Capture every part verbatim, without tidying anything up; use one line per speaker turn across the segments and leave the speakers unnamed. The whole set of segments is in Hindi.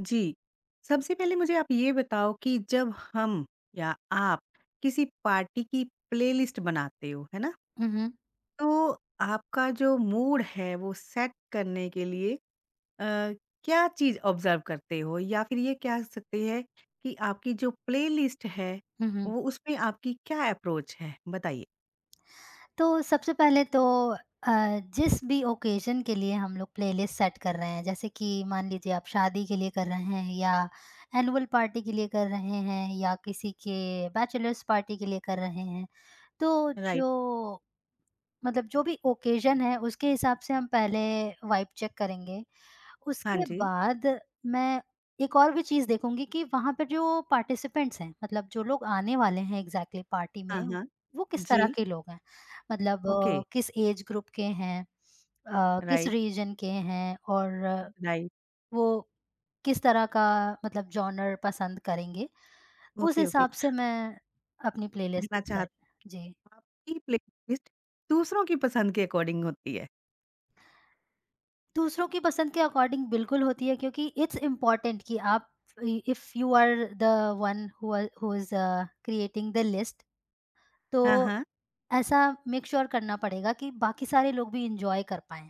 जी। सबसे पहले मुझे आप ये बताओ कि जब हम या आप किसी पार्टी की प्लेलिस्ट बनाते हो, है ना?
हुँ, हुँ।
तो आपका जो मूड है वो सेट करने के लिए अ, क्या चीज़ ऑब्ज़र्व करते हो? या फिर ये कह सकते हैं कि आपकी जो प्लेलिस्ट है
हुँ, हुँ।
वो उसमें आपकी क्या अप्रोच है? बताइए।
तो सबसे पहले तो अ, जिस भी ओकेज़न के लिए हम लोग प्लेलिस्ट सेट कर रहे हैं, जैसे कि मान लीजिए आप शादी के लिए कर रहे हैं या एनुअल पार्टी के लिए कर रहे हैं या किसी के बैचलर्स पार्टी के लिए कर रहे हैं, तो
राइट।
जो मतलब जो भी ओकेज़न है उसके हिसाब से हम पहले वाइब चेक करेंगे।
हाँ
उसके
जी।
बाद मैं एक और भी चीज़ देखूँगी कि वहाँ पे जो पार्टिसिपेंट्स हैं, मतलब जो लोग आने वाले हैं एग्ज़ैक्टली पार्टी में,
हाँ, हाँ।
वो किस तरह
जी।
के लोग हैं। मतलब
ओके।
अ, किस एज ग्रुप के हैं, अ, किस
राइट,
रीजन के हैं और अ,
राइट।
वो किस तरह का मतलब जॉनर पसंद करेंगे। उस
ओके, ओके।
हिसाब से मैं अपनी प्लेलिस्ट
कहना चाह
डिसाइड। जी।
आपकी प्लेलिस्ट दूसरों की पसंद के अकॉर्डिंग होती है।
दूसरों की पसंद के अकॉर्डिंग बिल्कुल होती है क्योंकि इट्स इम्पोर्टेंट कि आप if you are the one who is creating the list, तो
हाँ, हाँ।
ऐसा मेक श्योर sure करना पड़ेगा कि बाकी सारे लोग भी इंजॉय कर पाएं।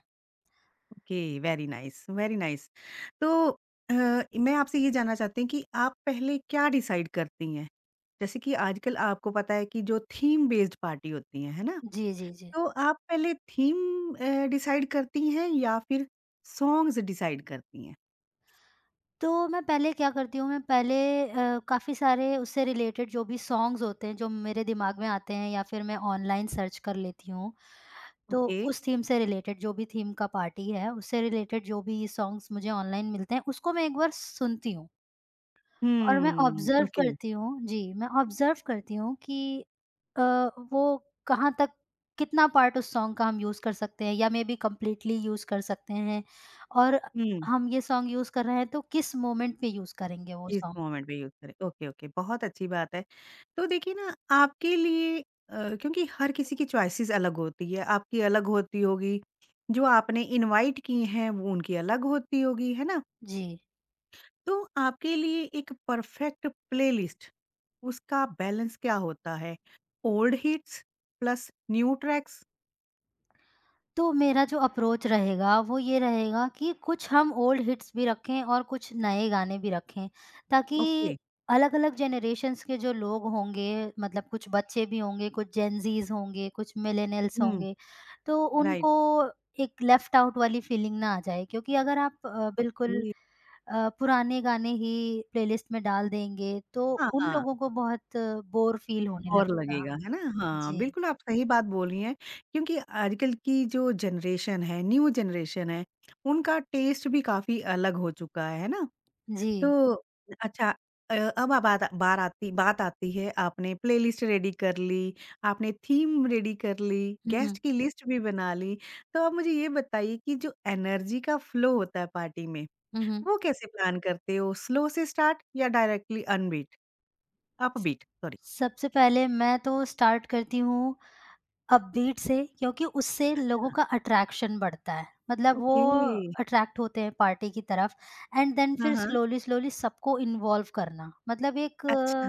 Okay, very nice, very nice. तो अ, मैं आपसे ये जानना चाहती हूँ कि आप पहले क्या डिसाइड करती हैं? जैसे कि आजकल आपको पता है कि जो थीम बेस्ड पार्टी होती हैं, है ना?
जी जी जी।
तो आप पहले थीम अ, डिसाइड करती हैं या फिर सॉन्ग्स डिसाइड करती हैं?
तो मैं पहले क्या करती हूँ, मैं पहले अ, काफ़ी सारे उससे रिलेटेड जो भी सॉन्ग्स होते हैं जो मेरे दिमाग में आते हैं या फिर मैं ऑनलाइन सर्च कर लेती हूँ। तो
ओके।
उस थीम से रिलेटेड जो भी थीम का पार्टी है उससे रिलेटेड जो भी सॉन्ग्स मुझे ऑनलाइन मिलते हैं उसको मैं एक बार सुनती हूँ। और मैं
हुँ,
ऑब्ज़र्व
ओके।
करती हूँ जी, मैं ऑब्ज़र्व करती हूँ कि अ, वो कहाँ तक कितना पार्ट उस सॉन्ग का हम यूज़ कर सकते हैं या मेबी कंप्लीटली यूज़ कर सकते हैं। और
हुँ।
हम ये सॉन्ग यूज़ कर रहे हैं तो किस मोमेंट पे यूज़ करेंगे वो
इस
सॉन्ग?
मोमेंट पे यूज़ करें। ओके, ओके, बहुत अच्छी बात है। तो देखिए ना आपके लिए अ, क्योंकि हर किसी की चॉइसेस अलग होती है, आपकी अलग होती होगी, जो आपने इनवाइट की हैं वो उनकी अलग होती होगी, है ना?
जी।
तो आपके लिए एक परफेक्ट प्लेलिस्ट उसका बैलेंस क्या होता है? Old hits plus new tracks
तो मेरा जो अप्रोच रहेगा वो ये रहेगा कि कुछ हम ओल्ड हिट्स भी रखें और कुछ नए गाने भी रखें, ताकि
ओके
अलग-अलग जनरेशंस के जो लोग होंगे, मतलब कुछ बच्चे भी होंगे, कुछ जेनज़ीज़ होंगे, कुछ मिलेनियल्स
हुँ,
होंगे, तो
राइट
उनको एक लेफ्ट आउट वाली फीलिंग ना आ जाए, क्योंकि अगर आप अ, बिल्कुल
ओके,
अ, पुराने गाने ही प्लेलिस्ट में डाल देंगे तो
हाँ,
उन
हाँ।
लोगों को बहुत बोर फील होने
और
लगेगा।
लगेगा, है ना? हाँ,
जी।
बिल्कुल आप सही बात बोल रही हैं क्योंकि आजकल की जो जनरेशन है, न्यू जनरेशन है, उनका टेस्ट भी काफ़ी अलग हो चुका है, है ना?
जी।
तो अच्छा अ, अब अब बात बार आती बात आती है आपने प्लेलिस्ट रेडी कर ली, आपने थीम रेडी कर ली,
हुँ,
गेस्ट
हुँ।
की लिस्ट भी बना ली, तो आप मुझे ये बताइए कि जो एनर्जी का फ्लो होता है पार्टी में,
हुँ, हुँ।
वो कैसे प्लान करते हो? स्लो से स्टार्ट या डायरेक्टली अनबीट अपबीट सॉरी
सबसे पहले मैं तो स्टार्ट करती हूँ अपबीट से क्योंकि उससे लोगों
हाँ,
का अट्रैक्शन बढ़ता है। मतलब वो
ओके।
अट्रैक्ट होते हैं पार्टी की तरफ। एंड देन
हाँ,
फिर
हाँ।
स्लोली, स्लोली सबको इन्वॉल्व करना। मतलब एक
अच्छा,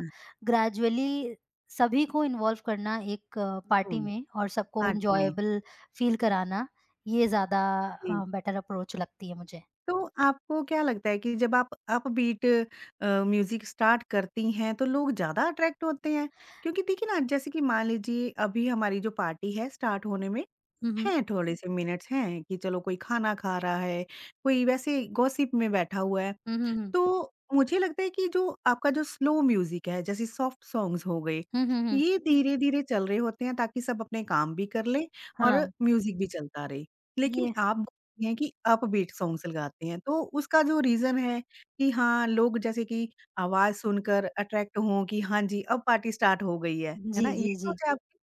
ग्रेजुअली सभी को इन्वॉल्व करना एक पार्टी
हुँ,
में और सबको
पार्टी में,
एन्जॉयबल फ़ील कराना, ये ज़्यादा
जी।
अ, बेटर अप्रोच लगती है मुझे।
तो आपको क्या लगता है कि जब आप अपबीट अ, म्यूज़िक स्टार्ट करती हैं, तो लोग ज़्यादा अट्रैक्ट होते हैं? क्योंकि देखिए ना, जैसे कि मान लीजिए अभी हमारी जो पार्टी है स्टार्ट होने में
हुँ, हुँ।
हैं थोड़े से मिनट्स हैं कि चलो कोई खाना खा रहा है, कोई वैसे गॉसिप में बैठा हुआ है।
हुँ, हुँ, हुँ।
तो मुझे लगता है कि जो आपका जो स्लो म्यूज़िक है, जैसे सॉफ्ट सॉन्ग्स हो गए,
हुँ, हुँ, हुँ।
ये धीरे-धीरे चल रहे होते हैं ताकि सब अपने काम भी कर लें और
हाँ,
म्यूज़िक भी चलता रहे। लेकिन
ये
आप देखते हैं कि अपबीट सॉन्ग्स लगाते हैं, तो उसका जो रीज़न है कि हाँ, लोग जैसे कि आवाज़ सुनकर अट्रैक्ट हों कि हाँ जी, अब पार्टी स्टार्ट हो गई है, है
जी,
ना? ये
जी, जी।
सोच है आपकी?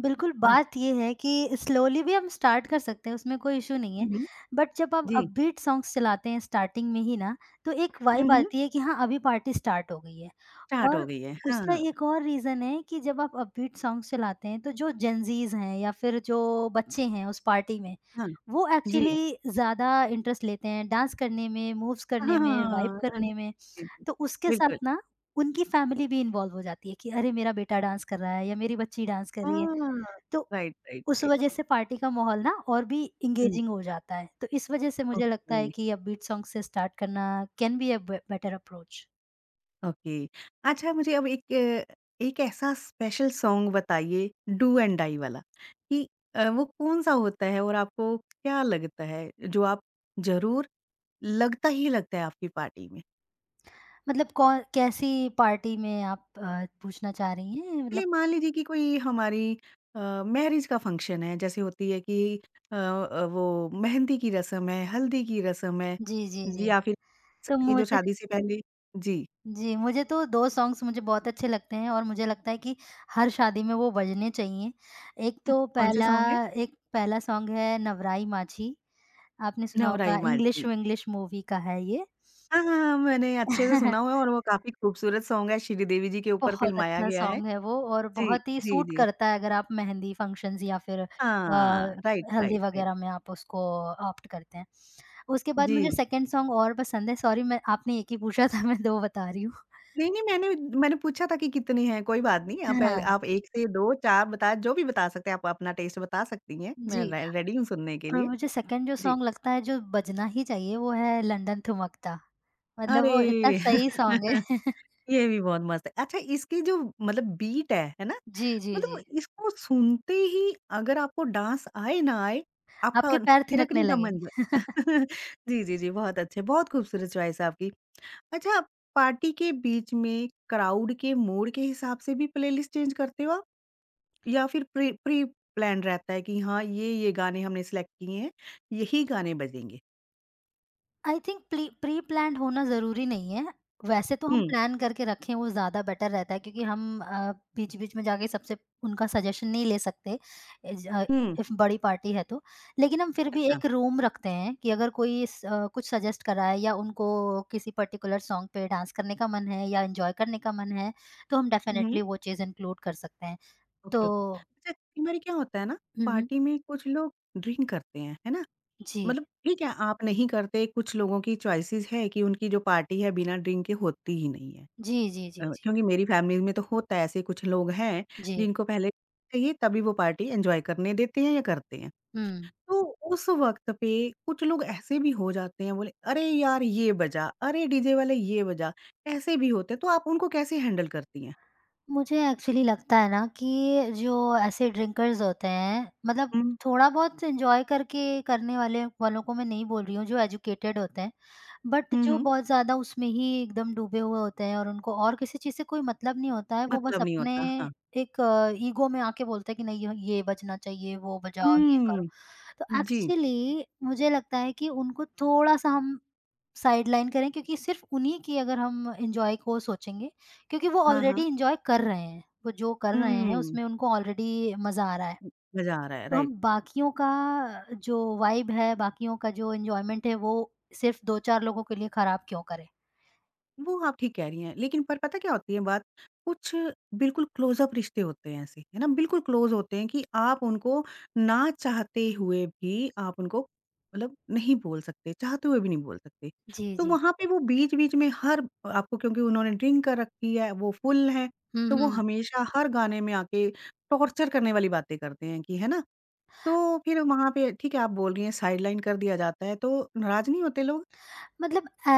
बिल्कुल,
हुँ।
बात ये है कि स्लोली भी हम स्टार्ट कर सकते हैं, उसमें कोई इश्यू नहीं
हुँ,
है।
हुँ।
बट जब आप
जी।
अपबीट सॉन्ग्स चलाते हैं स्टार्टिंग में ही ना, तो एक
हुँ,
वाइब
हुँ।
आती है कि हाँ, अभी पार्टी स्टार्ट हो गई है।
स्टार्ट हो
और
गई है।
उसका
हाँ,
एक और रीज़न है कि जब आप अपबीट सॉन्ग्स चलाते हैं, तो जो जेनज़ीज़ हैं या फिर जो बच्चे हैं उस पार्टी में,
हाँ।
वो
जी।
एक्चुअली ज़्यादा इंटरेस्ट लेते हैं डांस करने में, मूव्स करने
हाँ,
में, वाइब
हाँ, हाँ।
करने में।
जी, जी।
तो उसके
बिल्कुल।
साथ ना उनकी फैमिली भी इन्वॉल्व हो जाती है कि अरे! मेरा बेटा डांस कर रहा है या मेरी बच्ची डांस कर रही है।
हाँ,
तो
राइट, राइट,
उस
राइट।
वजह से पार्टी का माहौल ना और भी
हुँ,
एंगेजिंग हो जाता है। तो इस वजह से मुझे लगता
ओके,
है कि अपबीट सॉन्ग से स्टार्ट करना can be a be better approach.
Okay. अच्छा मुझे अब एक अ, एक ऐसा स्पेशल सॉन्ग बताइए डू एंड डाई वाला कि अ, वो कौन-सा होता है और आपको क्या लगता है जो आप ज़रूर लगता ही लगता है आपकी पार्टी में?
मतलब कौन कैसी पार्टी में आप अ, पूछना चाह रही हैं?
चलिए
मतलब।
मान लीजिए कि कोई हमारी अ, मैरिज का फंक्शन है जैसे होती है कि अ अ, वो मेहंदी की रस्म है, हल्दी की रस्म है,
जी, जी,
जी
जी।
या फिर
तो
ये जो
मुझे
शादी से पहले जी,
जी, मुझे तो दो सॉन्ग्स मुझे बहुत अच्छे लगते हैं और मुझे लगता है कि हर शादी में वो बजने चाहिए। एक तो
कौन-से
पहला
सॉन्ग है?
एक पहला सॉन्ग है नवराई माझी। आपने सुना होगा,
नवराई
इंग्लिश
माझी।
विंग्लिश मूवी का है ये।
हाँ, हाँ, हाँ, मैंने अच्छे से सुना हुआ है और वो काफ़ी खूबसूरत सॉन्ग है, श्रीदेवी जी के ऊपर
बहुत
फ़िल्माया
अच्छा
गया है।
सॉन्ग है वो और
जी,
बहुत ही
जी,
सूट
जी।
करता है अगर आप मेहंदी फंक्शंस या फिर अ,
हाँ, राइट,
हल्दी
राइट, राइट।
वगैरह में आप उसको ऑप्ट करते हैं। उसके बाद मुझे
जी।
सेकंड सॉन्ग और पसंद है, सॉरी, मैं आपने एक ही पूछा था मैं दो बता रही हूँ।
नहीं, नहीं, मैंने मैंने पूछा था कि कितनी हैं, कोई बात नहीं, आप ए
हाँ,
आप एक से दो, चार बता जो भी बता सकते हैं, आप अपना टेस्ट बता सकती हैं, मैं
जी।
रे रेडी हूँ सुनने के
और
लिए।
मुझे सेकंड जो
जी।
सॉन्ग लगता है जो बजना ही चाहिए वो है लंदन ठुमकता। मतलब वो इतना
अरे!
सही सॉन्ग है।
ये भी बहुत मस्त है। अच्छा इसकी जो मतलब बीट है, है ना?
जी, जी,
मतलब
जी।
इसको सुनते ही अगर आपको डांस आए ना आए, आपका
आपके पैर थिरकने
थिरकने का मन ज
लगेंगे।
जी, जी, जी, बहुत अच्छे, बहुत खूबसूरत चॉइस है आपकी। अच्छा पार्टी के बीच में क्राउड के मूड के हिसाब से भी प्लेलिस्ट चेंज करते हो आप? या फिर प्री प्री प्लान रहता है कि हाँ, ये, ये गाने हमने सेलेक्ट किए हैं, यही गाने बजेंगे?
I think plea pre planned होना ज़रूरी नहीं है। वैसे तो हम
हुँ,
प्लान करके रखें वो ज़्यादा बेटर रहता है क्योंकि हम अ, बीच-बीच में जाके सबसे उनका सजेशन नहीं ले सकते, इज अ,
हुँ,
इफ बड़ी पार्टी है तो। लेकिन हम फिर भी
अच्छा।
एक रूम रखते हैं कि अगर कोई स अ, कुछ सजेस्ट कर रहा है या उनको किसी पर्टिकुलर सॉन्ग पे डांस करने का मन है या एन्जॉय करने का मन है, तो हम
हुँ।
डेफ़िनेटली वो चीज़ इंक्लूड कर सकते हैं। तो।
Okay, okay. अच्छा कई बारी क्या होता है ना,
हुँ, हुँ।
पार्टी में कुछ लोग ड्रिंक करते हैं, है ना?
जी।
मतलब ठीक है, आप नहीं करते, कुछ लोगों की चॉइसेस है कि उनकी जो पार्टी है बिना ड्रिंक के होती ही नहीं है।
जी, जी,
अ,
जी, जी।
क्योंकि मेरी फैमिली में तो होता है ऐसे कुछ लोग हैं,
जी।
जिनको पहले चाहिए तभी वो पार्टी एन्जॉय करने देते हैं या करते हैं।
हुँ।
तो उस वक़्त पे कुछ लोग ऐसे भी हो जाते हैं बोले, "अरे यार ये बजा, अरे डीजे वाले ये बजा।" ऐसे भी होते हैं, तो आप उनको कैसे हैंडल करती हैं?
मुझे एक्चुअली लगता है ना कि जो ऐसे ड्रिंकर्स होते हैं, मतलब
हुँ,
थोड़ा बहुत एंजॉय करके करने वाले वालों को मैं नहीं बोल रही हूँ जो एजुकेटेड होते हैं। बट
हुँ,
जो
हुँ।
बहुत ज़्यादा उसमें ही एकदम डूबे हुए होते हैं और उनको और किसी चीज़ से कोई मतलब नहीं होता है, वो बस
मतलब नहीं
अपने
होता, हाँ।
एक ईगो में आके बोलते हैं कि नहीं, ये बजना चाहिए, वो बजाओ, ये करो।
हुँ।
तो
जी,
एक्चुअली मुझे लगता है कि उनको थोड़ा सा हम साइड लाइन करें, क्योंकि सिर्फ उन्हीं की अगर हम एंजॉय को सोचेंगे, क्योंकि वो
हाँ, हाँ।
ऑलरेडी एन्जॉय कर रहे हैं, वो जो कर रहे हैं
हुँ,
उसमें उनको ऑलरेडी मज़ा आ रहा है।
मज़ा आ रहा है,
तो
राइट।
हम बाकियों का जो वाइब है, बाकियों का जो एन्जॉयमेंट है, वो सिर्फ़ दो से चार लोगों के लिए खराब क्यों करें?
वो आप ठीक कह रही हैं, लेकिन पर पता क्या होती है बात, कुछ बिल्कुल क्लोज़-अप रिश्ते होते हैं ऐसे, है ना? बिल्कुल क्लोज़ होते हैं कि आप उनको ना चाहते हुए भी आप उनको मतलब नहीं बोल सकते, चाहते हुए भी नहीं बोल सकते।
जी,
तो
जी।
वहाँ पे वो बीच-बीच में हर आपको क्योंकि उन्होंने ड्रिंक कर रखी है, वो फ़ुल हैं,
हुँ,
तो वो
हुँ।
हमेशा हर गाने में आके टॉर्चर करने वाली बातें करते हैं कि है ना? तो फिर वहाँ पे ठीक है, आप बोल रही हैं साइडलाइन कर दिया जाता है, तो नाराज़ नहीं होते लोग?
मतलब अ,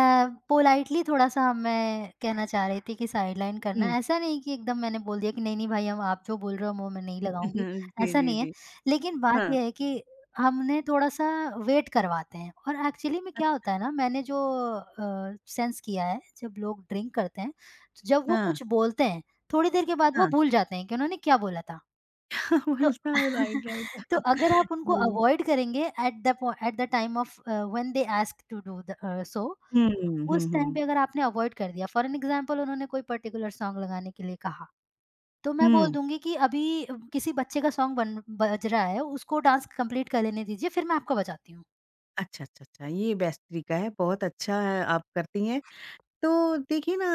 पोलाइटली थोड़ा-सा मैं कहना चाह रही थी कि साइडलाइन करना,
हुँ।
ऐसा नहीं कि एकदम मैंने बोल दिया कि नहीं, नहीं भाई, हम आप जो बोल रहे हो मुँह में नहीं लगाऊँगी,
जी,
ऐसा
जी,
नहीं है।
जी।
लेकिन बात
हाँ।
ये है कि हमने थोड़ा-सा वेट करवाते हैं और एक्चुअली में
अ,
क्या होता है ना, मैंने जो अ, सेंस किया है, जब लोग ड्रिंक करते हैं, तो जब वो
हाँ।
कुछ बोलते हैं, थोड़ी देर के बाद वो
हाँ।
भूल जाते हैं कि उन्होंने क्या बोला था। तो।
बोलता है राइट,
तो
राइट।
अगर आप उनको
जी।
अवॉइड करेंगे एट द पॉइ at the time of uh, when they ask to do the uh, so
हुँ, हुँ,
उस टाइम
हुँ।
पे अगर आपने अवॉइड कर दिया, फॉर एन एग्ज़ाम्पल उन्होंने कोई पर्टिकुलर सॉन्ग लगाने के लिए कहा, तो मैं बोल
हुँ।
दूँगी कि अभी किसी बच्चे का सॉन्ग बन बज रहा है, उसको डांस कंप्लीट कर लेने दीजिए, फिर मैं आपको बजाती हूँ।
अच्छा, अच्छा, अच्छा ये बेस्ट तरीका है, बहुत अच्छा है आप करती हैं। तो देखिए ना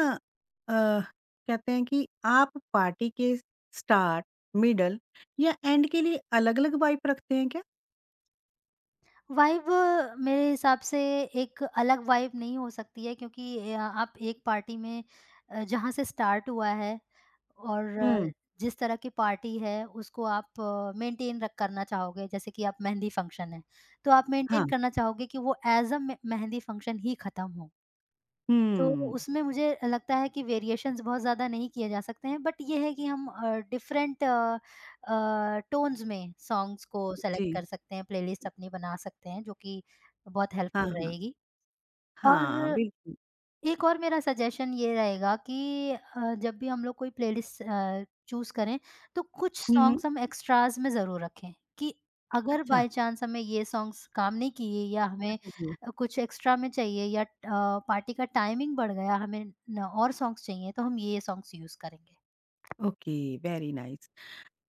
अ, कहते हैं कि आप पार्टी के स्टार्ट, मिडल या एंड के लिए अलग-अलग वाइब रखते हैं क्या?
वाइब मेरे हिसाब से एक अलग वाइब नहीं हो सकती है क्योंकि अ, आप एक पार्टी में अ, जहाँ से स्टार्ट हुआ है। हुँ। और अ,
हुँ।
जिस तरह की पार्टी है, उसको आप मेंटेन रख करना चाहोगे, जैसे कि आप मेहंदी फंक्शन है, तो आप
हाँ।
मेंटेन
हाँ।
करना चाहोगे कि वो एज़ अ मे मेहंदी फंक्शन ही खत्म हो। तो
हुँ।
उसमें मुझे लगता है कि वेरिएशंस बहुत ज़्यादा नहीं किए जा सकते हैं, बट ये है कि हम uh, different uh uh, tones में सॉन्ग्स को
जी।
सेलेक्ट कर सकते हैं, प्लेलिस्ट अपनी बना सकते हैं, जो कि बहुत
हाँ,
हेल्पफुल
हाँ।
रहेगी।
हाँ,
और
बिल्कुल।
एक और मेरा सजेशन ये रहेगा कि अ, जब भी हम लोग कोई प्लेलिस्ट अ, चूज़ करें, तो कुछ
हुँ, हुँ।
सॉन्ग्स हम एक्स्ट्रास में ज़रूर रखें कि अगर
अच्छा।
बाय चांस हमें ये सॉन्ग्स काम नहीं किए या हमें
नहीं हुई।
अ, कुछ एक्स्ट्रा में चाहिए या अ, पार्टी का टाइमिंग बढ़ गया, हमें न और सॉन्ग्स चाहिए, तो हम ये सॉन्ग्स यूज़ करेंगे।
Okay, very nice.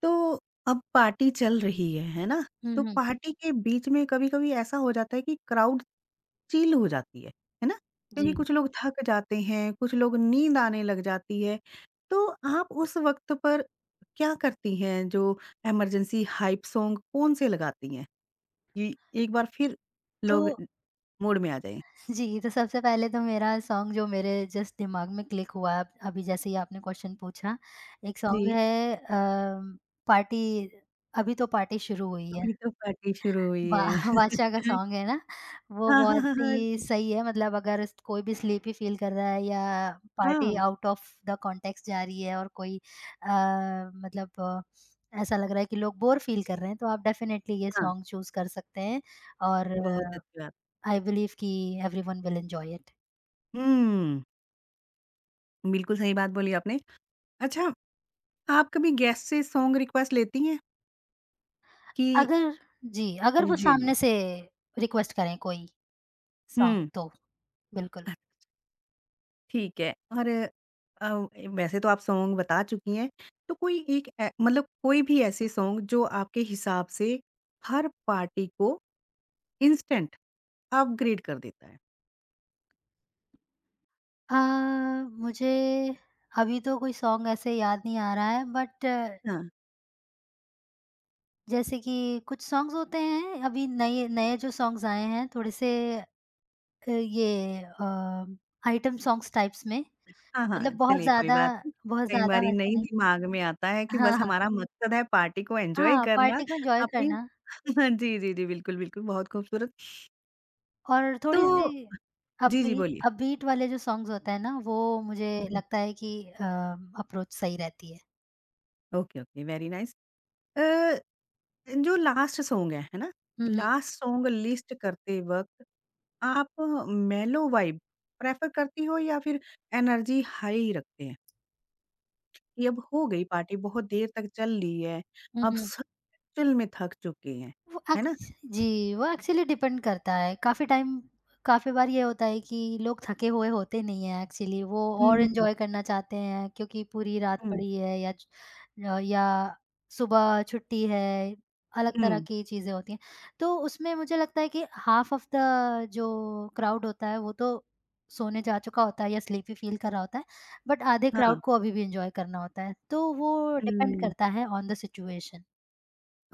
तो अब पार्टी चल रही है, है ना?
हुँ,
तो
हुँ।
पार्टी के बीच में कभी-कभी ऐसा हो जाता है कि क्राउड चिल हो जाती है, है ना?
जी।
क्योंकि कुछ लोग थक जाते हैं, कुछ लोग नींद आने लग जाती है। तो आप उस वक़्त पर क्या करती हैं जो इमरजेंसी हाइप सॉन्ग कौन-से लगाती हैं कि एक बार फिर
तो
लोग मूड में आ जाएँ?
जी, तो सबसे पहले तो मेरा सॉन्ग जो मेरे जस्ट दिमाग में क्लिक हुआ अब अभी जैसे ही आपने क्वेश्चन पूछा, एक
जी।
सॉन्ग है अ, पार्टी अभी तो पार्टी शुरू हुई है।
अभी तो पार्टी शुरू हुई
बा
है।
बादशाह का सॉन्ग है ना, वो
हाँ, हाँ,
बहुत
हाँ,
ही
हाँ।
सही है, मतलब अगर इस- कोई भी स्लीपी फ़ील कर रहा है या पार्टी
हाँ,
आउट ऑफ द कॉन्टेक्स्ट जा रही है और कोई अ, मतलब अ, ऐसा लग रहा है कि लोग बोर फ़ील कर रहे हैं, तो आप डेफ़िनेटली ये
हाँ,
सॉन्ग चूज़ कर सकते हैं और
बहुत अच्छी बात।
आई बिलीव कि एवरीवन विल एन्जॉय इट।
हुँ, बिल्कुल सही बात बोली आपने। अच्छा, आप कभी गेस्ट से सॉन्ग रिक्वेस्ट लेती हैं कि
अगर जी, अगर वो
जी, जी।
सामने से रिक्वेस्ट करें कोई सॉन्ग
हुँ,
तो, बिल्कुल।
अ, ठीक है और अ, वैसे तो आप सॉन्ग बता चुकी हैं, तो कोई एक ए मतलब कोई भी ऐसे सॉन्ग जो आपके हिसाब से हर पार्टी को इंस्टेंट अपग्रेड कर देता है?
अ, मुझे अभी तो कोई सॉन्ग ऐसे याद नहीं आ रहा है, बट
हाँ।
जैसे कि कुछ सॉन्ग्स होते हैं अभी नए नए जो सॉन्ग्स आए हैं थोड़े से अ, ये अ, आइटम सॉन्ग्स टाइप्स में,
हाँ,
मतलब
हाँ,
बहुत
चलिए कोई
ज़्यादा
बात नहीं।
बहुत
कई
ज़्यादा
बारी
वैसे
नहीं
नहीं।
दिमाग में आता है कि
हाँ,
बस
हाँ।
हमारा मकसद है पार्टी को एन्जॉय
हाँ,
करना।
पार्टी को एन्जॉय
आपने
करना।
जी, जी, जी, बिल्कुल, बिल्कुल, बहुत खूबसूरत।
और
तो
थोड़ी-सी
जी, जी,
अपबीट
बोलिए।
अपबीट वाले जो सॉन्ग्स होते हैं ना, वो मुझे
हुँ, हुँ।
लगता है कि अ, अप्रोच सही रहती है।
Okay, okay, very nice. Uh, जो लास्ट सॉन्ग है, है ना?
हुँ, हुँ।
लास्ट सॉन्ग लिस्ट करते वक़्त आप मेलो वाइब प्रेफ़र करती हो या फिर एनर्जी हाई रखते हैं? कि अब हो गई पार्टी, बहुत देर तक चल रही है,
हुँ,
अब
हुँ।
सब एक्चुअल में थक चुके हैं,
वो
है ना?
एक्च जी, वो एक्चुअली डिपेंड करता है। काफ़ी टाइम काफ़ी बार ये होता है कि लोग थके हुए होते नहीं हैं एक्चुअली, वो
हुँ,
और
हुँ।
एन्जॉय करना चाहते हैं क्योंकि पूरी रात
हुँ,
पड़ी है या च अ, या सुबह छुट्टी है, अलग तरह
हुँ,
की चीज़ें होती हैं। तो उसमें मुझे लगता है कि हाफ़ ऑफ द जो क्राउड होता है, वो तो सोने जा चुका होता है या स्लीपी फ़ील कर रहा होता है, बट आधे
हाँ।
क्राउड को अभी भी एन्जॉय करना होता है। तो वो डिपेंड
हुँ,
करता है on the situation.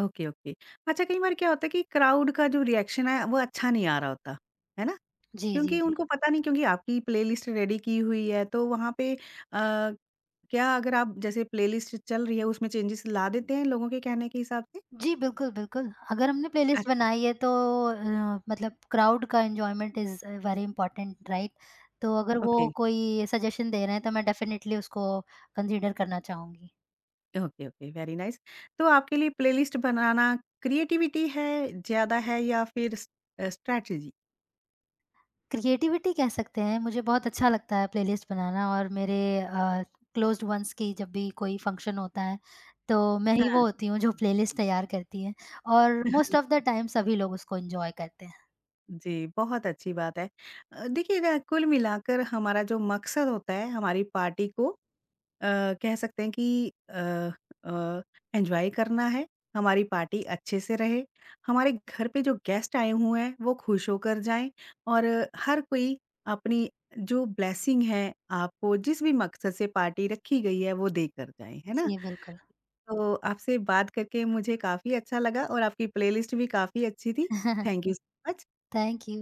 Okay, okay. अच्छा कई बार क्या होता है कि क्राउड का जो रिएक्शन है वो अच्छा नहीं आ रहा होता, है ना?
जी, जी,
क्योंकि
जी।
उनको पता नहीं क्योंकि आपकी प्लेलिस्ट रेडी की हुई है तो वहाँ पे अ, क्या अगर आप जैसे प्लेलिस्ट चल रही है उसमें चेंजेस ला देते हैं लोगों के कहने के हिसाब से?
जी, बिल्कुल, बिल्कुल। अगर हमने
अच
प्लेलिस्ट बनाई है तो अ, मतलब क्राउड का enjoyment is very important, right? तो अगर वो
ओके,
कोई सजेशन दे रहे हैं तो मैं डेफ़िनिटली उसको कंसीडर करना चाहूँगी।
Okay, okay, very nice. तो आपके लिए प्लेलिस्ट बनाना क्रिएटिविटी है, ज़्यादा है या फिर स अ, स्ट्रैटेजी?
क्रिएटिविटी कह सकते हैं, मुझे बहुत अच्छा लगता है प्लेलिस्ट बनाना और मेरे अ, क्लोज़्ड वन्स की जब भी कोई फंक्शन होता है, तो मैं ही
हाँ।
वो होती हूँ जो प्लेलिस्ट तैयार करती है और मोस्ट ऑफ द टाइम सभी लोग उसको एन्जॉय करते हैं।
जी, बहुत अच्छी बात है। अ, देखिए ना कुल मिलाकर हमारा जो मकसद होता है हमारी पार्टी को अ, कह सकते हैं कि अ अ, एन्जॉय करना है, हमारी पार्टी अच्छे से रहे, हमारे घर पे जो गेस्ट आए हुए हैं वो खुश होकर जाएँ और हर कोई अपनी जो ब्लेसिंग है आपको जिस भी मकसद से पार्टी रखी गई है वो देकर जाएँ, है ना?
जी, बिल्कुल।
तो आपसे बात करके मुझे काफ़ी अच्छा लगा और आपकी प्लेलिस्ट भी काफ़ी अच्छी थी। Thank you so much.
Thank you.